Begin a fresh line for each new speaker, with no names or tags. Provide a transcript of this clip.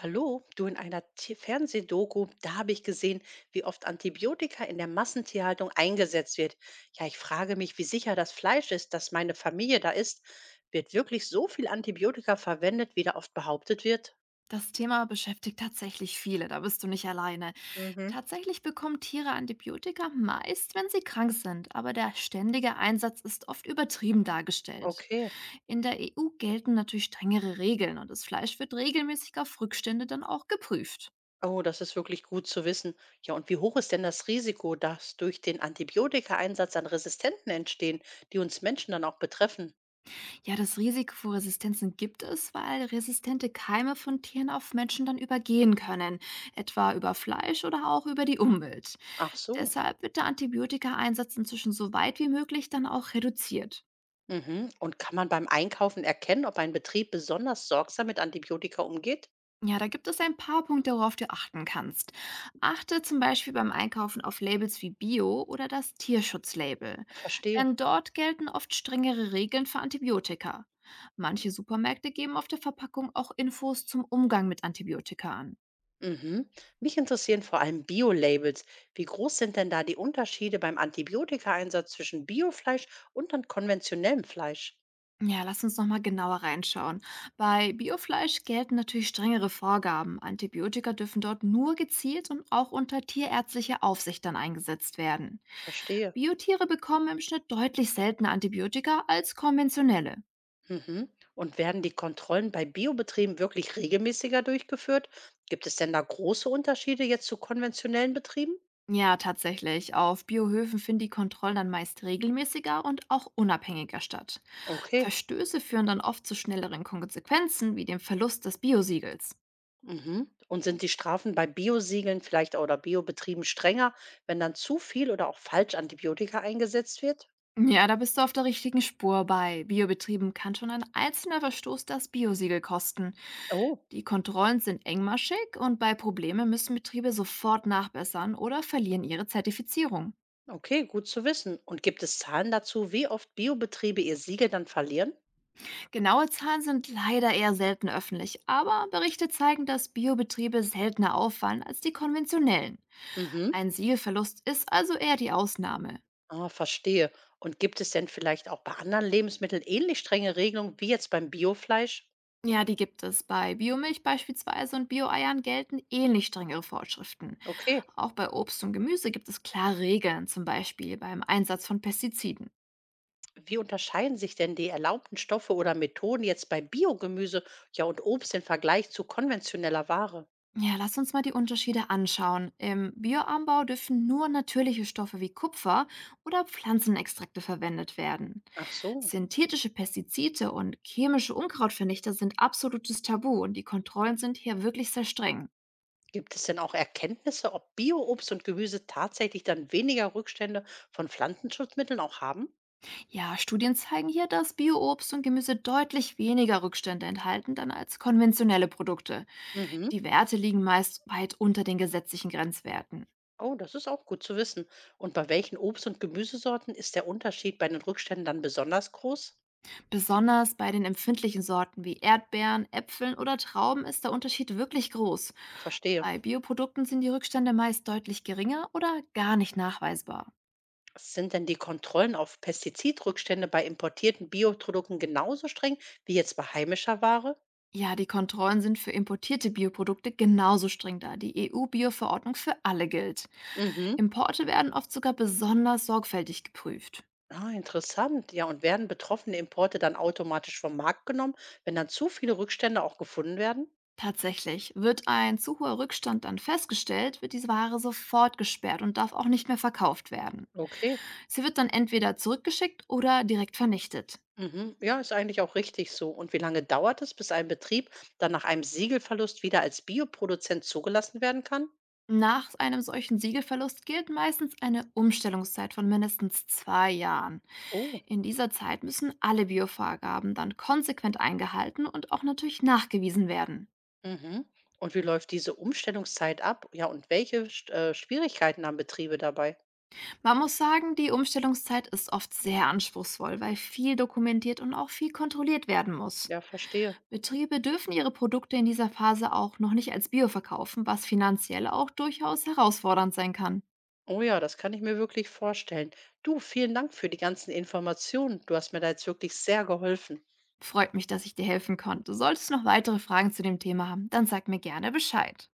Hallo, du in einer Fernsehdoku, da habe ich gesehen, wie oft Antibiotika in der Massentierhaltung eingesetzt wird. Ja, ich frage mich, wie sicher das Fleisch ist, das meine Familie da isst. Wird wirklich so viel Antibiotika verwendet, wie da oft behauptet wird?
Das Thema beschäftigt tatsächlich viele, da bist du nicht alleine.
Mhm.
Tatsächlich bekommen Tiere Antibiotika meist, wenn sie krank sind, aber der ständige Einsatz ist oft übertrieben dargestellt.
Okay.
In der EU gelten natürlich strengere Regeln und das Fleisch wird regelmäßig auf Rückstände dann auch geprüft.
Oh, das ist wirklich gut zu wissen. Ja, und wie hoch ist denn das Risiko, dass durch den Antibiotikaeinsatz dann Resistenzen entstehen, die uns Menschen dann auch betreffen?
Ja, das Risiko für Resistenzen gibt es, weil resistente Keime von Tieren auf Menschen dann übergehen können, etwa über Fleisch oder auch über die Umwelt.
Ach so.
Deshalb wird der Antibiotika-Einsatz inzwischen so weit wie möglich dann auch reduziert.
Mhm. Und kann man beim Einkaufen erkennen, ob ein Betrieb besonders sorgsam mit Antibiotika umgeht?
Ja, da gibt es ein paar Punkte, worauf du achten kannst. Achte zum Beispiel beim Einkaufen auf Labels wie Bio oder das Tierschutzlabel.
Verstehe.
Denn dort gelten oft strengere Regeln für Antibiotika. Manche Supermärkte geben auf der Verpackung auch Infos zum Umgang mit Antibiotika an.
Mhm. Mich interessieren vor allem Bio-Labels. Wie groß sind denn da die Unterschiede beim Antibiotika-Einsatz zwischen Biofleisch und dann konventionellem Fleisch?
Ja, lass uns nochmal genauer reinschauen. Bei Biofleisch gelten natürlich strengere Vorgaben. Antibiotika dürfen dort nur gezielt und auch unter tierärztlicher Aufsicht dann eingesetzt werden.
Verstehe.
Biotiere bekommen im Schnitt deutlich seltener Antibiotika als konventionelle.
Mhm. Und werden die Kontrollen bei Biobetrieben wirklich regelmäßiger durchgeführt? Gibt es denn da große Unterschiede jetzt zu konventionellen Betrieben?
Ja, tatsächlich. Auf Biohöfen finden die Kontrollen dann meist regelmäßiger und auch unabhängiger statt.
Okay.
Verstöße führen dann oft zu schnelleren Konsequenzen, wie dem Verlust des Biosiegels.
Mhm. Und sind die Strafen bei Biosiegeln vielleicht oder Biobetrieben strenger, wenn dann zu viel oder auch falsch Antibiotika eingesetzt wird?
Ja, da bist du auf der richtigen Spur. Bei Biobetrieben kann schon ein einzelner Verstoß das Biosiegel kosten.
Oh,
Die Kontrollen sind engmaschig und bei Problemen müssen Betriebe sofort nachbessern oder verlieren ihre Zertifizierung.
okay, gut zu wissen. Und gibt es Zahlen dazu, wie oft Biobetriebe ihr Siegel dann verlieren?
Genaue Zahlen sind leider eher selten öffentlich, aber Berichte zeigen, dass Biobetriebe seltener auffallen als die konventionellen.
Mhm.
Ein Siegelverlust ist also eher die Ausnahme.
Ah, verstehe. Und gibt es denn vielleicht auch bei anderen Lebensmitteln ähnlich strenge Regelungen wie jetzt beim Biofleisch?
Ja, die gibt es. Bei Biomilch beispielsweise und Bio-Eiern gelten ähnlich strengere Vorschriften.
Okay.
Auch bei Obst und Gemüse gibt es klare Regeln, zum Beispiel beim Einsatz von Pestiziden.
Wie unterscheiden sich denn die erlaubten Stoffe oder Methoden jetzt bei Biogemüse, ja und Obst im Vergleich zu konventioneller Ware?
Ja, lass uns mal die Unterschiede anschauen. Im Bioanbau dürfen nur natürliche Stoffe wie Kupfer oder Pflanzenextrakte verwendet werden.
Ach so.
Synthetische Pestizide und chemische Unkrautvernichter sind absolutes Tabu und die Kontrollen sind hier wirklich sehr streng.
Gibt es denn auch Erkenntnisse, ob Bio-Obst und Gemüse tatsächlich dann weniger Rückstände von Pflanzenschutzmitteln auch haben?
Ja, Studien zeigen hier, dass Bio-Obst und Gemüse deutlich weniger Rückstände enthalten dann als konventionelle Produkte. Die
Mhm.
Werte liegen meist weit unter den gesetzlichen Grenzwerten.
Oh, das ist auch gut zu wissen. Und bei welchen Obst- und Gemüsesorten ist der Unterschied bei den Rückständen dann besonders groß?
Besonders bei den empfindlichen Sorten wie Erdbeeren, Äpfeln oder Trauben ist der Unterschied wirklich groß.
Verstehe.
Bei Bioprodukten sind die Rückstände meist deutlich geringer oder gar nicht nachweisbar.
Sind denn die Kontrollen auf Pestizidrückstände bei importierten Bioprodukten genauso streng wie jetzt bei heimischer Ware?
Ja, die Kontrollen sind für importierte Bioprodukte genauso streng da. Die EU-Bio-Verordnung für alle gilt.
Mhm.
Importe werden oft sogar besonders sorgfältig geprüft.
Ah, interessant. Ja, und werden betroffene Importe dann automatisch vom Markt genommen, wenn dann zu viele Rückstände auch gefunden werden?
Tatsächlich, wird ein zu hoher Rückstand dann festgestellt, wird diese Ware sofort gesperrt und darf auch nicht mehr verkauft werden.
Okay.
Sie wird dann entweder zurückgeschickt oder direkt vernichtet.
Mhm. Ja, ist eigentlich auch richtig so. Und wie lange dauert es, bis ein Betrieb dann nach einem Siegelverlust wieder als Bioproduzent zugelassen werden kann?
Nach einem solchen Siegelverlust gilt meistens eine Umstellungszeit von mindestens 2 Jahren.
Oh,
In dieser Zeit müssen alle Biovorgaben dann konsequent eingehalten und auch natürlich nachgewiesen werden.
mhm. Und wie läuft diese Umstellungszeit ab? Ja, und welche Schwierigkeiten haben Betriebe dabei?
Man muss sagen, die Umstellungszeit ist oft sehr anspruchsvoll, weil viel dokumentiert und auch viel kontrolliert werden muss.
Ja, verstehe.
Betriebe dürfen ihre Produkte in dieser Phase auch noch nicht als Bio verkaufen, was finanziell auch durchaus herausfordernd sein kann.
Oh ja, das kann ich mir wirklich vorstellen. Du, vielen Dank für die ganzen Informationen. Du hast mir da jetzt wirklich sehr geholfen.
Freut mich, dass ich dir helfen konnte. Solltest du noch weitere Fragen zu dem Thema haben, dann sag mir gerne Bescheid.